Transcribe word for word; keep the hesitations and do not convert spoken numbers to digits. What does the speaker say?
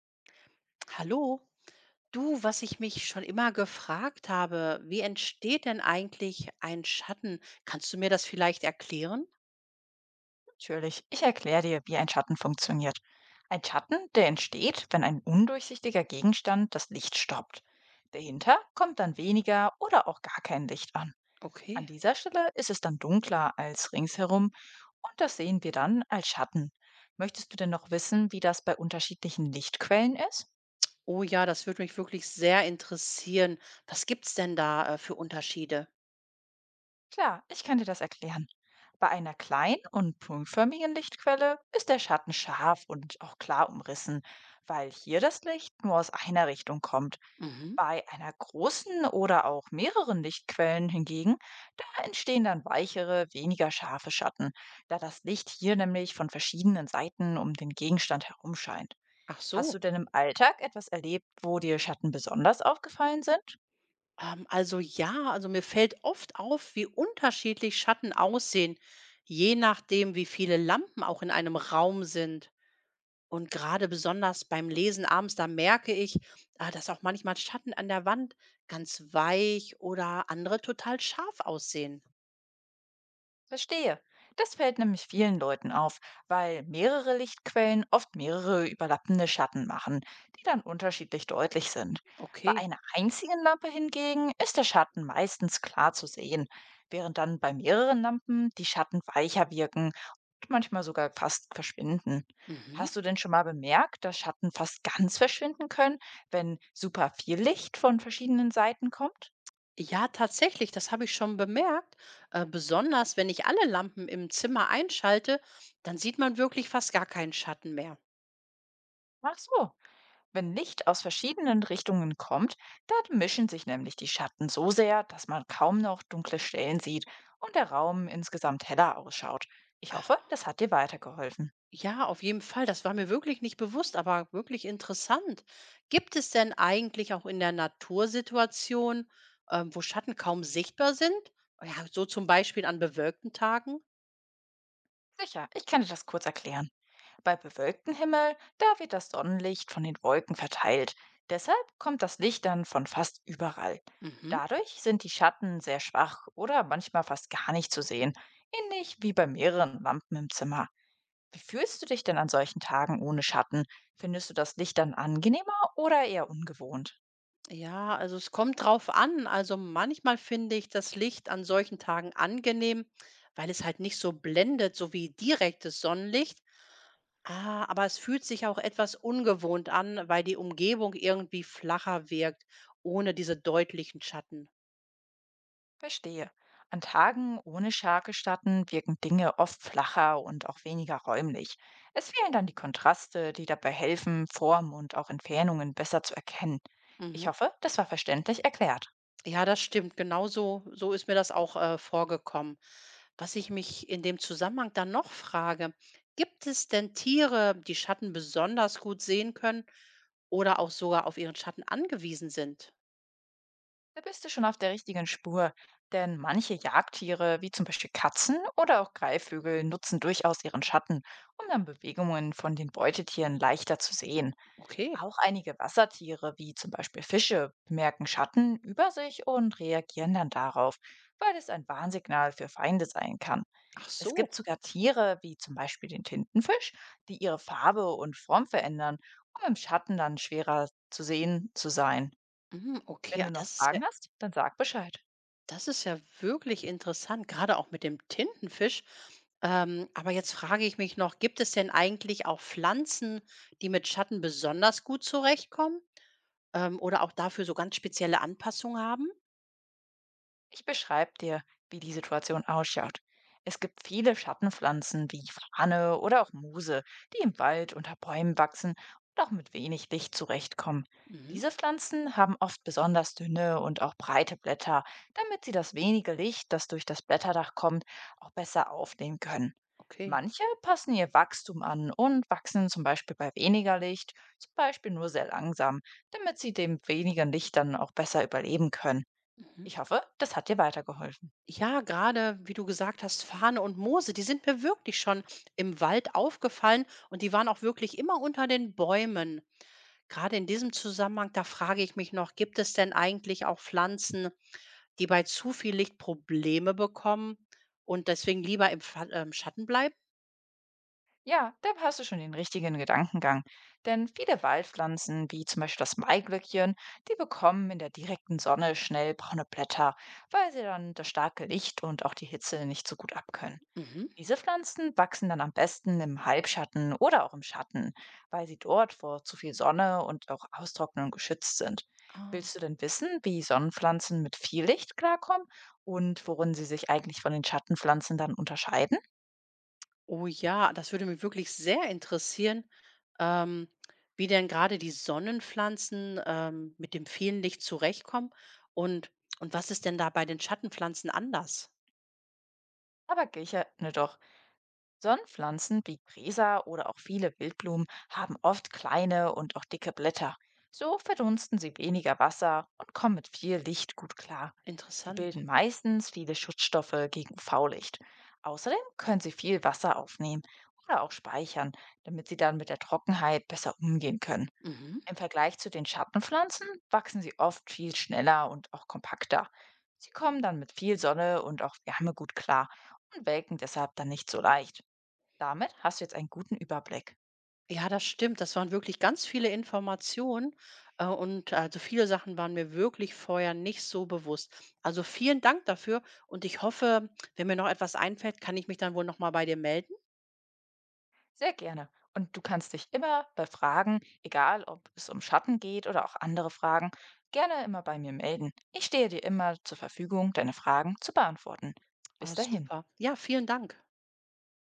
Hallo, du, was ich mich schon immer gefragt habe, wie entsteht denn eigentlich ein Schatten? Kannst du mir das vielleicht erklären? Natürlich, ich erkläre dir, wie ein Schatten funktioniert. Ein Schatten, der entsteht, wenn ein undurchsichtiger Gegenstand das Licht stoppt. Dahinter kommt dann weniger oder auch gar kein Licht an. An Okay. dieser Stelle ist es dann dunkler als ringsherum und das sehen wir dann als Schatten. Möchtest du denn noch wissen, wie das bei unterschiedlichen Lichtquellen ist? Oh ja, das würde mich wirklich sehr interessieren. Was gibt's denn da äh, für Unterschiede? Klar, ich kann dir das erklären. Bei einer kleinen und punktförmigen Lichtquelle ist der Schatten scharf und auch klar umrissen, weil hier das Licht nur aus einer Richtung kommt. Mhm. Bei einer großen oder auch mehreren Lichtquellen hingegen, da entstehen dann weichere, weniger scharfe Schatten, da das Licht hier nämlich von verschiedenen Seiten um den Gegenstand herum scheint. Ach Hast so. du denn im Alltag etwas erlebt, wo dir Schatten besonders aufgefallen sind? Ähm, also ja, also mir fällt oft auf, wie unterschiedlich Schatten aussehen, je nachdem, wie viele Lampen auch in einem Raum sind. Und gerade besonders beim Lesen abends, da merke ich, ah, dass auch manchmal Schatten an der Wand ganz weich oder andere total scharf aussehen. Verstehe. Das fällt nämlich vielen Leuten auf, weil mehrere Lichtquellen oft mehrere überlappende Schatten machen, die dann unterschiedlich deutlich sind. Bei Okay. einer einzigen Lampe hingegen ist der Schatten meistens klar zu sehen, während dann bei mehreren Lampen die Schatten weicher wirken und manchmal sogar fast verschwinden. Mhm. Hast du denn schon mal bemerkt, dass Schatten fast ganz verschwinden können, wenn super viel Licht von verschiedenen Seiten kommt? Ja, tatsächlich, das habe ich schon bemerkt. Äh, besonders wenn ich alle Lampen im Zimmer einschalte, dann sieht man wirklich fast gar keinen Schatten mehr. Ach so. Wenn Licht aus verschiedenen Richtungen kommt, dann mischen sich nämlich die Schatten so sehr, dass man kaum noch dunkle Stellen sieht und der Raum insgesamt heller ausschaut. Ich hoffe, das hat dir weitergeholfen. Ja, auf jeden Fall. Das war mir wirklich nicht bewusst, aber wirklich interessant. Gibt es denn eigentlich auch in der Natur Situationen, ähm, wo Schatten kaum sichtbar sind? Ja, so zum Beispiel an bewölkten Tagen? Sicher, ich kann dir das kurz erklären. Bei bewölktem Himmel, da wird das Sonnenlicht von den Wolken verteilt. Deshalb kommt das Licht dann von fast überall. Mhm. Dadurch sind die Schatten sehr schwach oder manchmal fast gar nicht zu sehen, ähnlich wie bei mehreren Lampen im Zimmer. Wie fühlst du dich denn an solchen Tagen ohne Schatten? Findest du das Licht dann angenehmer oder eher ungewohnt? Ja, also es kommt drauf an. Also manchmal finde ich das Licht an solchen Tagen angenehm, weil es halt nicht so blendet, so wie direktes Sonnenlicht. Ah, aber es fühlt sich auch etwas ungewohnt an, weil die Umgebung irgendwie flacher wirkt, ohne diese deutlichen Schatten. Verstehe. An Tagen ohne starke Schatten wirken Dinge oft flacher und auch weniger räumlich. Es fehlen dann die Kontraste, die dabei helfen, Formen und auch Entfernungen besser zu erkennen. Ich Mhm. hoffe, das war verständlich erklärt. Ja, das stimmt. Genauso so so ist mir das auch äh, vorgekommen. Was ich mich in dem Zusammenhang dann noch frage, gibt es denn Tiere, die Schatten besonders gut sehen können oder auch sogar auf ihren Schatten angewiesen sind? Da bist du schon auf der richtigen Spur, denn manche Jagdtiere, wie zum Beispiel Katzen oder auch Greifvögel, nutzen durchaus ihren Schatten, um dann Bewegungen von den Beutetieren leichter zu sehen. Okay, Auch einige Wassertiere, wie zum Beispiel Fische, bemerken Schatten über sich und reagieren dann darauf, weil es ein Warnsignal für Feinde sein kann. ach Es so. gibt sogar Tiere, wie zum Beispiel den Tintenfisch, die ihre Farbe und Form verändern, um im Schatten dann schwerer zu sehen zu sein. Mhm, okay, Wenn ah, du noch das ist ja. Fragen hast, dann sag Bescheid. Das ist ja wirklich interessant, gerade auch mit dem Tintenfisch. Ähm, aber jetzt frage ich mich noch, gibt es denn eigentlich auch Pflanzen, die mit Schatten besonders gut zurechtkommen, ähm, oder auch dafür so ganz spezielle Anpassungen haben? Ich beschreibe dir, wie die Situation ausschaut. Es gibt viele Schattenpflanzen wie Fahne oder auch Muse, die im Wald unter Bäumen wachsen und auch mit wenig Licht zurechtkommen. Mhm, Diese Pflanzen haben oft besonders dünne und auch breite Blätter, damit sie das wenige Licht, das durch das Blätterdach kommt, auch besser aufnehmen können. okay. Manche passen ihr Wachstum an und wachsen zum Beispiel bei weniger Licht, zum Beispiel nur sehr langsam, damit sie dem wenigen Licht dann auch besser überleben können. Mhm. Ich hoffe, das hat dir weitergeholfen. Ja, gerade wie du gesagt hast, Fahne und Moose, die sind mir wirklich schon im Wald aufgefallen und die waren auch wirklich immer unter den Bäumen. Gerade in diesem Zusammenhang, da frage ich mich noch, gibt es denn eigentlich auch Pflanzen, die bei zu viel Licht Probleme bekommen und deswegen lieber im Fa ähm, Schatten bleiben? Ja, da hast du schon den richtigen Gedankengang. Denn viele Waldpflanzen, wie zum Beispiel das Maiglöckchen, die bekommen in der direkten Sonne schnell braune Blätter, weil sie dann das starke Licht und auch die Hitze nicht so gut abkönnen. Mhm. Diese Pflanzen wachsen dann am besten im Halbschatten oder auch im Schatten, weil sie dort vor zu viel Sonne und auch Austrocknung geschützt sind. Ah. Willst du denn wissen, wie Sonnenpflanzen mit viel Licht klarkommen und worin sie sich eigentlich von den Schattenpflanzen dann unterscheiden? Oh ja, das würde mich wirklich sehr interessieren, ähm, wie denn gerade die Sonnenpflanzen, ähm, mit dem vielen Licht zurechtkommen und und was ist denn da bei den Schattenpflanzen anders? Aber Kicherne doch. Sonnenpflanzen wie Gräser oder auch viele Wildblumen haben oft kleine und auch dicke Blätter. So verdunsten sie weniger Wasser und kommen mit viel Licht gut klar. Sie Interessant. bilden meistens viele Schutzstoffe gegen U V-Licht. Außerdem können sie viel Wasser aufnehmen oder auch speichern, damit sie dann mit der Trockenheit besser umgehen können. Mhm. Im Vergleich zu den Schattenpflanzen wachsen sie oft viel schneller und auch kompakter. Sie kommen dann mit viel Sonne und auch Wärme gut klar und welken deshalb dann nicht so leicht. Damit hast du jetzt einen guten Überblick. Ja, das stimmt. Das waren wirklich ganz viele Informationen. Äh, und also viele Sachen waren mir wirklich vorher nicht so bewusst. Also vielen Dank dafür. Und ich hoffe, wenn mir noch etwas einfällt, kann ich mich dann wohl nochmal bei dir melden. Sehr gerne. Und du kannst dich immer bei Fragen, egal ob es um Schatten geht oder auch andere Fragen, gerne immer bei mir melden. Ich stehe dir immer zur Verfügung, deine Fragen zu beantworten. Bis Oh, dahin. super. Ja, vielen Dank.